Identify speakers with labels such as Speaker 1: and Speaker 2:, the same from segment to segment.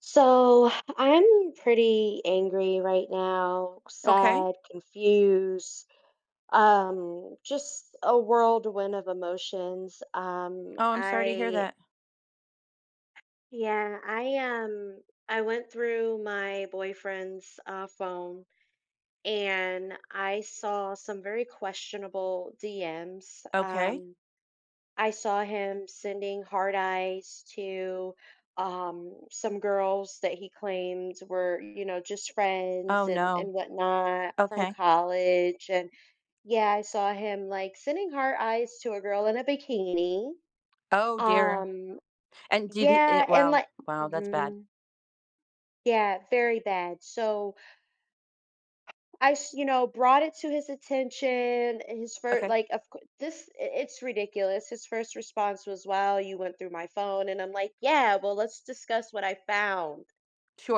Speaker 1: So I'm pretty angry right now,
Speaker 2: Okay.
Speaker 1: sad, confused, just a whirlwind of emotions.
Speaker 2: Oh, I'm sorry to hear that.
Speaker 1: Yeah, I, um, I went through my boyfriend's phone and I saw some very questionable DMs.
Speaker 2: Okay.
Speaker 1: I saw him sending hard eyes to some girls that he claimed were, you know, just friends
Speaker 2: Oh,
Speaker 1: and,
Speaker 2: no.
Speaker 1: and whatnot from
Speaker 2: Okay.
Speaker 1: college. And yeah, I saw him like sending hard eyes to a girl in a bikini.
Speaker 2: Oh, dear.
Speaker 1: Um,
Speaker 2: And did he eh,
Speaker 1: yeah, and
Speaker 2: Wow.
Speaker 1: like,
Speaker 2: Wow, that's bad.
Speaker 1: mhm, yeah, very bad. So, you know, brought it to his attention. And His first,
Speaker 2: Okay.
Speaker 1: like, of course, it's ridiculous. His first response was, "Well, you went through my phone," and I'm like, "Yeah, well, let's discuss what I found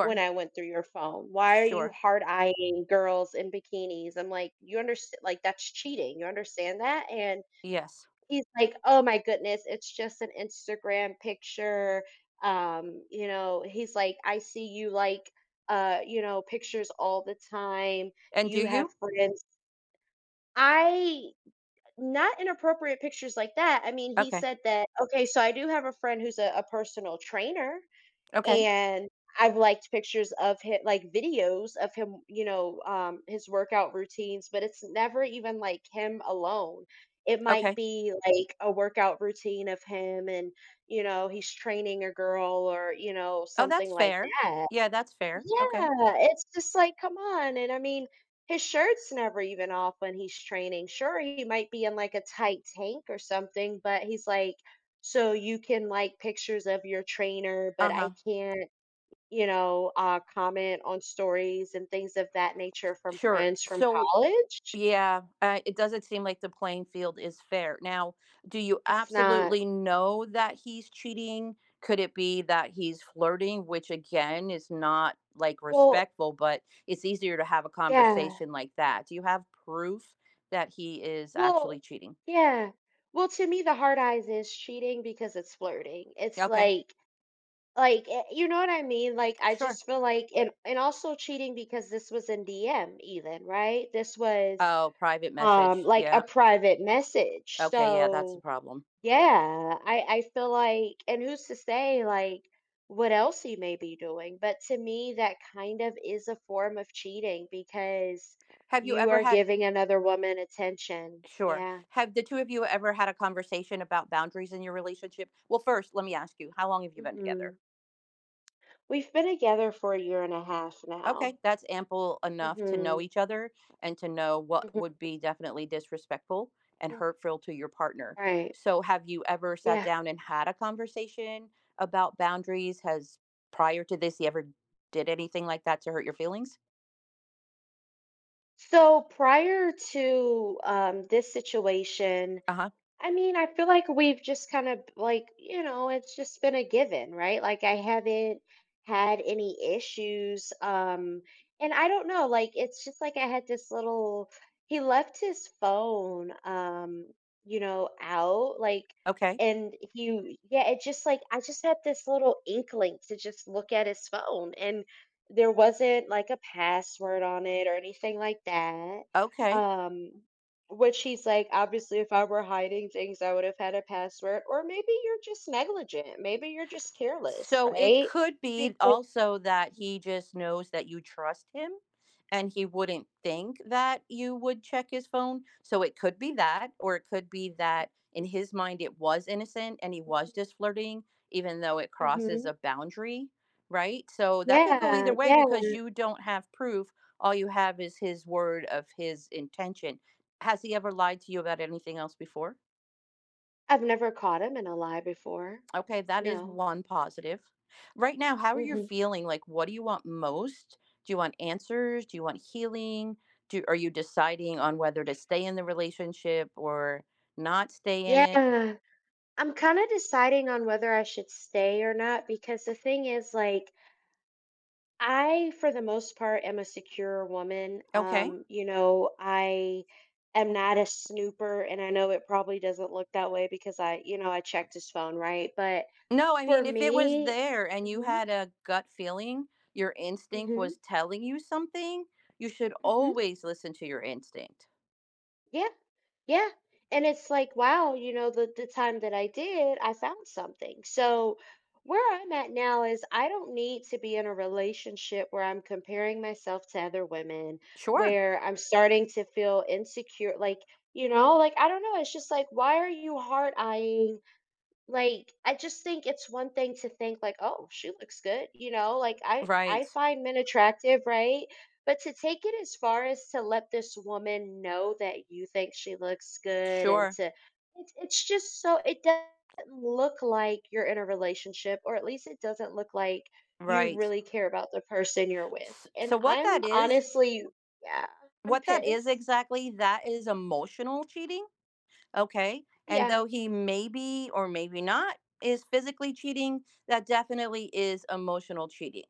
Speaker 1: when I went through your phone. Why are you
Speaker 2: Sure.
Speaker 1: hard eyeing girls in bikinis?" I'm like, "You understand? Like, that's cheating. You understand that?" And
Speaker 2: Yes.
Speaker 1: he's like, "Oh my goodness, it's just an Instagram picture." You know, he's like, "I see you like, you know, pictures all the time.
Speaker 2: And do
Speaker 1: You have
Speaker 2: you?
Speaker 1: friends." I not inappropriate pictures like that. I mean, he
Speaker 2: Okay.
Speaker 1: said that, okay, so I do have a friend who's a personal trainer.
Speaker 2: Okay.
Speaker 1: And I've liked pictures of him like videos of him, you know, his workout routines, but it's never even like him alone. It might
Speaker 2: Okay.
Speaker 1: be like a workout routine of him and, you know, he's training a girl or, you know,
Speaker 2: Oh, that's
Speaker 1: something like
Speaker 2: fair.
Speaker 1: that.
Speaker 2: Yeah, that's fair. Okay.
Speaker 1: Yeah, it's just like, come on. And I mean, his shirt's never even off when he's training. Sure, he might be in like a tight tank or something, but he's like, so you can like pictures of your trainer, but
Speaker 2: Uh-huh.
Speaker 1: I can't comment on stories and things of that nature from
Speaker 2: Sure.
Speaker 1: friends from
Speaker 2: So
Speaker 1: college.
Speaker 2: yeah, it doesn't seem like the playing field is fair. Now, do you
Speaker 1: It's not
Speaker 2: absolutely know that he's cheating? Could it be that he's flirting, which again is not like
Speaker 1: well,
Speaker 2: respectful, but it's easier to have a
Speaker 1: yeah.
Speaker 2: conversation like that? Do you have proof that he is actually
Speaker 1: Well,
Speaker 2: cheating?
Speaker 1: yeah. Well, to me, the hard eyes is cheating because it's flirting.
Speaker 2: Yeah,
Speaker 1: It's
Speaker 2: okay,
Speaker 1: like, you know what I mean? Like I
Speaker 2: sure.
Speaker 1: just feel like, and also cheating because this was in DM, even right? This was
Speaker 2: Oh, private message.
Speaker 1: like a
Speaker 2: Yeah.
Speaker 1: private message.
Speaker 2: Okay. Yeah, that's a
Speaker 1: So
Speaker 2: problem.
Speaker 1: yeah, I feel like and who's to say like what else you may be doing, but to me that kind of is a form of cheating because
Speaker 2: Have you
Speaker 1: you
Speaker 2: ever
Speaker 1: are
Speaker 2: had?
Speaker 1: giving another woman attention.
Speaker 2: Sure.
Speaker 1: Yeah.
Speaker 2: Have the two of you ever had a conversation about boundaries in your relationship? Well, first, let me ask you, how long have you been together?
Speaker 1: Hmm. We've been together for a year and a half
Speaker 2: Okay,
Speaker 1: now.
Speaker 2: that's ample enough to know
Speaker 1: Hmm.
Speaker 2: each other and to know what would
Speaker 1: Hmm.
Speaker 2: be definitely disrespectful and hurtful to your partner.
Speaker 1: Right.
Speaker 2: So, have you ever sat
Speaker 1: Yeah.
Speaker 2: down and had a conversation about boundaries? Has Prior to this, you ever did anything like that to hurt your feelings?
Speaker 1: So prior to this situation,
Speaker 2: Uh huh.
Speaker 1: I mean, I feel like we've just kind of like, you know, it's just been a given, right? Like I haven't had any issues. And I don't know, like it's just like I had this little he left his phone you know, out, like
Speaker 2: Okay.
Speaker 1: and he yeah, it just like I just had this little inkling to just look at his phone and there wasn't like a password on it or anything like that.
Speaker 2: Okay.
Speaker 1: Um, which he's like, obviously, if I were hiding things, I would have had a password. Or maybe you're just negligent. Maybe you're just careless,
Speaker 2: So it
Speaker 1: right?
Speaker 2: could be
Speaker 1: Because
Speaker 2: also that he just knows that you trust him and he wouldn't think that you would check his phone. So it could be that, or it could be that in his mind it was innocent and he
Speaker 1: mhm,
Speaker 2: was just flirting, even though it crosses
Speaker 1: mhm.
Speaker 2: a boundary, right? So that could go
Speaker 1: Yeah,
Speaker 2: either way
Speaker 1: yeah.
Speaker 2: because you don't have proof. All you have is his word of his intention. Has he ever lied to you about anything else before?
Speaker 1: I've never caught him in a lie before.
Speaker 2: Okay, that is
Speaker 1: No.
Speaker 2: one positive. Right now, how are you
Speaker 1: Hmm.
Speaker 2: feeling? Like, what do you want most? Do you want answers? Do you want healing? Do Are you deciding on whether to stay in the relationship or not stay in it?
Speaker 1: Yeah. I'm kind of deciding on whether I should stay or not because the thing is, like, I, for the most part, am a secure woman.
Speaker 2: Okay.
Speaker 1: You know, I am not a snooper, and I know it probably doesn't look that way because I, you know, I checked his phone, right? But
Speaker 2: No, I
Speaker 1: for
Speaker 2: mean, if it was
Speaker 1: me,
Speaker 2: there and you
Speaker 1: hmm.
Speaker 2: had a gut feeling, your instinct
Speaker 1: Hmm.
Speaker 2: was telling you something, you should
Speaker 1: Hmm.
Speaker 2: always listen to your instinct.
Speaker 1: Yeah, yeah, and it's like, wow, you know, the time that I did, I found something. So where I'm at now is I don't need to be in a relationship where I'm comparing myself to other women,
Speaker 2: Sure.
Speaker 1: where I'm starting to feel insecure. Like, you know, like I don't know, it's just like, why are you hard eyeing like, I just think it's one thing to think like, "Oh, she looks good," you know, like, I
Speaker 2: Right.
Speaker 1: I find men attractive, right? But to take it as far as to let this woman know that you think she looks good and
Speaker 2: Sure.
Speaker 1: to it's just so it doesn't look like you're in a relationship, or at least it doesn't look like you
Speaker 2: Right.
Speaker 1: really care about the person you're with,
Speaker 2: S-
Speaker 1: and
Speaker 2: So what
Speaker 1: I'm
Speaker 2: that is
Speaker 1: honestly yeah, I'm
Speaker 2: What that is
Speaker 1: pissed.
Speaker 2: exactly, that is emotional cheating, okay? And
Speaker 1: Yeah,
Speaker 2: though he maybe or maybe not is physically cheating, that definitely is emotional cheating.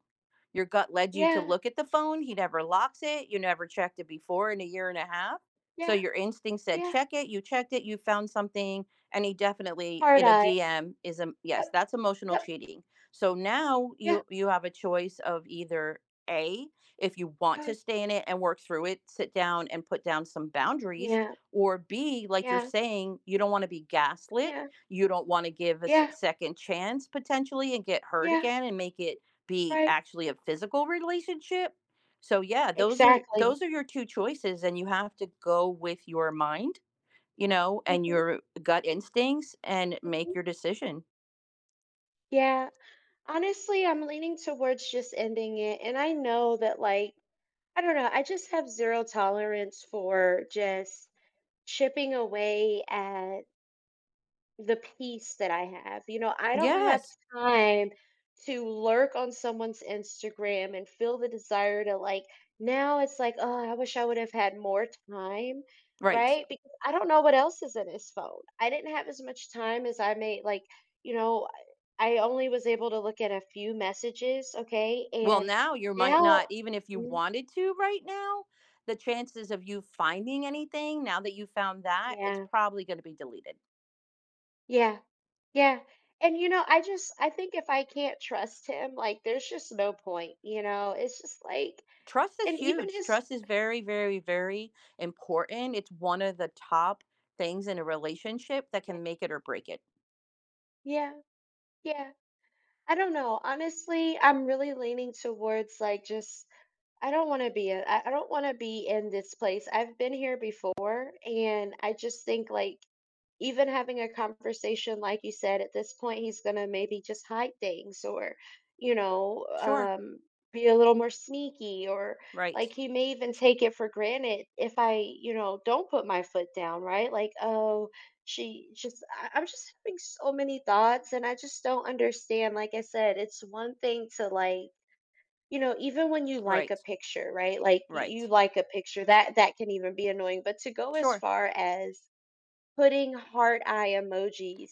Speaker 2: Your gut led you to
Speaker 1: yeah,
Speaker 2: look at the phone. He never locks it. You never checked it before in a year and a half. So
Speaker 1: yeah,
Speaker 2: your instinct said
Speaker 1: yeah.
Speaker 2: check it. You checked it. You found something, and he definitely
Speaker 1: Hard
Speaker 2: in a
Speaker 1: eye.
Speaker 2: DM is a yes.
Speaker 1: Yep,
Speaker 2: That's emotional
Speaker 1: yep,
Speaker 2: cheating. So now
Speaker 1: yeah,
Speaker 2: you have a choice of either a, if you want to stay in it and work through it, sit down and put down some boundaries,
Speaker 1: yeah.
Speaker 2: or b, like you're
Speaker 1: Yeah,
Speaker 2: saying you don't want to be gaslit.
Speaker 1: yeah,
Speaker 2: You don't want to give a
Speaker 1: yeah,
Speaker 2: second chance potentially and get hurt
Speaker 1: yeah,
Speaker 2: again and make it be
Speaker 1: right.
Speaker 2: actually a physical relationship. So yeah, those are
Speaker 1: Exactly.
Speaker 2: those are your two choices and you have to go with your mind, and
Speaker 1: Mhm,
Speaker 2: your gut instincts and make
Speaker 1: mhm.
Speaker 2: your decision.
Speaker 1: Yeah. Honestly, I'm leaning towards just ending it. And I know that, like, I don't know, I just have zero tolerance for just chipping away at the peace that I have, you know, I don't have
Speaker 2: Yes.
Speaker 1: time to lurk on someone's Instagram and feel the desire to like now it's like, "Oh, I wish I would have had more time,"
Speaker 2: Right.
Speaker 1: right? Because I don't know what else is in his phone. I didn't have as much time as I may like, you know, I only was able to look at a few messages, okay?
Speaker 2: Well,
Speaker 1: And
Speaker 2: now you might
Speaker 1: now
Speaker 2: not even if you
Speaker 1: mm,
Speaker 2: wanted to right now, the chances of you finding anything now that you found that, it's
Speaker 1: yeah.
Speaker 2: probably going to be deleted.
Speaker 1: Yeah. Yeah. And you know, I think if I can't trust him, like there's just no point, you know. It's just like
Speaker 2: Trust is
Speaker 1: and even
Speaker 2: huge.
Speaker 1: his
Speaker 2: Trust is very, very, very important. It's one of the top things in a relationship that can make it or break it.
Speaker 1: yeah, yeah. I don't know. Honestly, I'm really leaning towards like just I don't want to be a, I don't want to be in this place. I've been here before and I just think like even having a conversation like you said at this point he's going to maybe just hide things or you know
Speaker 2: Sure.
Speaker 1: um be a little more sneaky or
Speaker 2: Right.
Speaker 1: like he may even take it for granted if I, you know, don't put my foot down, right? Like, oh, I'm just having so many thoughts and I just don't understand like I said it's one thing to like you know even when you like a
Speaker 2: Right.
Speaker 1: picture right like
Speaker 2: Right.
Speaker 1: you like a picture that can even be annoying but to go as
Speaker 2: Sure.
Speaker 1: far as putting heart eye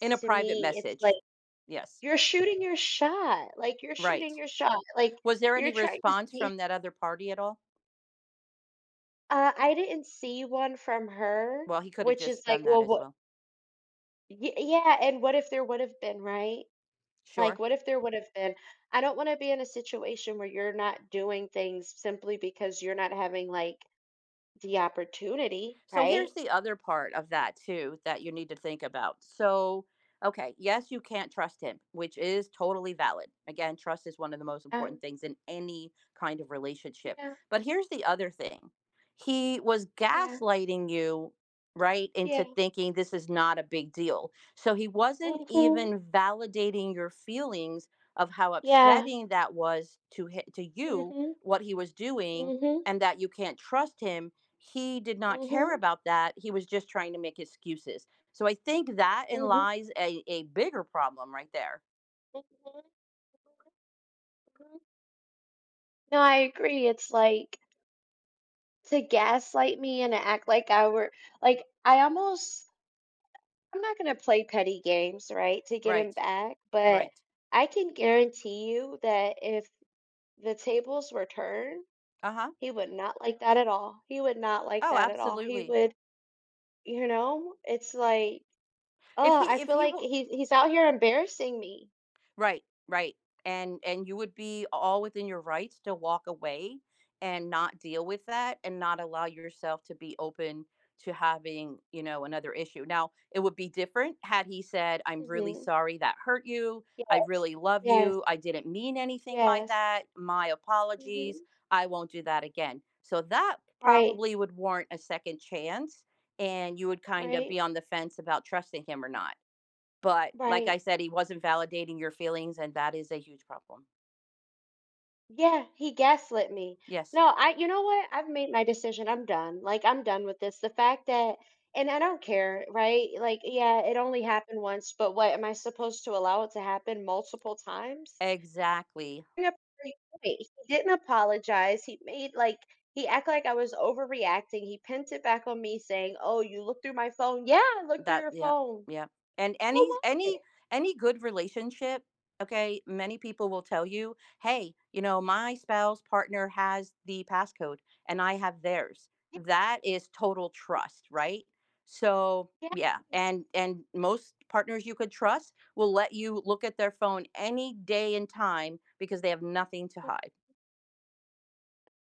Speaker 2: In a
Speaker 1: to
Speaker 2: private
Speaker 1: me it's like
Speaker 2: message. Yes.
Speaker 1: you're shooting your shot like you're
Speaker 2: Right.
Speaker 1: shooting your shot like
Speaker 2: Was there
Speaker 1: you're
Speaker 2: any
Speaker 1: trying to
Speaker 2: response
Speaker 1: see
Speaker 2: from that other party at all?
Speaker 1: I didn't see one from her
Speaker 2: Well, he could have
Speaker 1: which
Speaker 2: just
Speaker 1: is like
Speaker 2: done that
Speaker 1: well
Speaker 2: as
Speaker 1: what
Speaker 2: well.
Speaker 1: Yeah, and what if there would have been, right? Like,
Speaker 2: Sure.
Speaker 1: what if there would have been I don't wanna be in a situation where you're not doing things simply because you're not having, like, the opportunity,
Speaker 2: So
Speaker 1: right?
Speaker 2: here's the other part of that too that you need to think about. So, okay, yes, you can't trust him, which is totally valid. Again, trust is one of the most important
Speaker 1: Um,
Speaker 2: things in any kind of relationship.
Speaker 1: yeah,
Speaker 2: But here's the other thing. He was
Speaker 1: yeah,
Speaker 2: gaslighting you, right, into
Speaker 1: yeah,
Speaker 2: thinking this is not a big deal. So he wasn't
Speaker 1: mhm,
Speaker 2: even validating your feelings of how
Speaker 1: yeah,
Speaker 2: upsetting that was to to you,
Speaker 1: mhm,
Speaker 2: what he was doing
Speaker 1: mhm,
Speaker 2: and that you can't trust him. He did not care
Speaker 1: mhm,
Speaker 2: about that. He was just trying to make excuses. So I think that in
Speaker 1: mhm,
Speaker 2: lies a bigger problem right there.
Speaker 1: mhm, mhm. No, I agree, it's like, to gaslight me and to act like I were like, I almost I'm not gonna play petty games, right, to get him
Speaker 2: Right.
Speaker 1: back, but
Speaker 2: Right.
Speaker 1: I can guarantee you that if the tables were turned.
Speaker 2: Uh-huh.
Speaker 1: He would not like that at all. He would not like
Speaker 2: Oh,
Speaker 1: that at all. He
Speaker 2: absolutely.
Speaker 1: would you know, it's like, oh, I
Speaker 2: If
Speaker 1: feel
Speaker 2: he
Speaker 1: like
Speaker 2: w-
Speaker 1: he's out here embarrassing me.
Speaker 2: Right, right. And you would be all within your rights to walk away and not deal with that and not allow yourself to be open to having, another issue. Now, it would be different had he said, "I'm really
Speaker 1: Mhm.
Speaker 2: sorry that hurt you. I
Speaker 1: Yes.
Speaker 2: really love
Speaker 1: Yes.
Speaker 2: you. I didn't mean anything by
Speaker 1: Yes.
Speaker 2: that. My apologies.
Speaker 1: Mhm.
Speaker 2: I won't do that again." So that
Speaker 1: Right.
Speaker 2: probably would warrant a second chance and you would kind of
Speaker 1: Right.
Speaker 2: be on the fence about trusting him or not. But like I
Speaker 1: Right.
Speaker 2: said, he wasn't validating your feelings, and that is a huge problem.
Speaker 1: Yeah, he gaslit me.
Speaker 2: Yes,
Speaker 1: No, I you know what? I've made my decision. I'm done. Like, I'm done with this. The fact that and I don't care, right? Like, yeah, it only happened once, but what am I supposed to allow it to happen multiple times?
Speaker 2: exactly.
Speaker 1: Bring up a great point. He didn't apologize. He made like he acted like I was overreacting. He pinned it back on me saying, "Oh, you looked through my phone." Yeah, I looked through
Speaker 2: That
Speaker 1: your
Speaker 2: Yep,
Speaker 1: phone.
Speaker 2: yep. And any
Speaker 1: Oh, what?
Speaker 2: any any good relationship, okay, many people will tell you, "Hey, you know, my spouse partner has the passcode and I have theirs." That is total trust, right? So, yeah,
Speaker 1: Yes.
Speaker 2: and most partners you could trust will let you look at their phone any day and time because they have nothing to hide.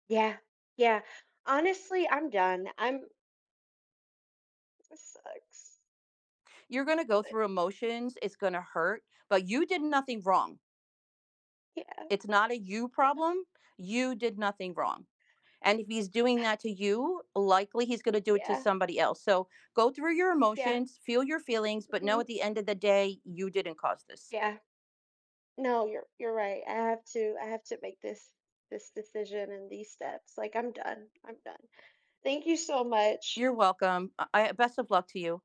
Speaker 1: Yeah. Yeah. Honestly, I'm done. I'm it sucks.
Speaker 2: You're going to go
Speaker 1: But
Speaker 2: through emotions. It's going to hurt, but you did nothing wrong.
Speaker 1: yeah.
Speaker 2: It's not a you problem. You did nothing wrong. And if he's doing that to you, likely he's going to do it to
Speaker 1: Yeah.
Speaker 2: somebody else. So go through your
Speaker 1: Yeah.
Speaker 2: emotions, feel your feelings, but know
Speaker 1: Mhm.
Speaker 2: at the end of the day, you didn't cause this.
Speaker 1: Yeah. No, you're right. I have to make this this decision and these steps. Like I'm done. I'm done. Thank you so much.
Speaker 2: You're welcome. Best of luck to you.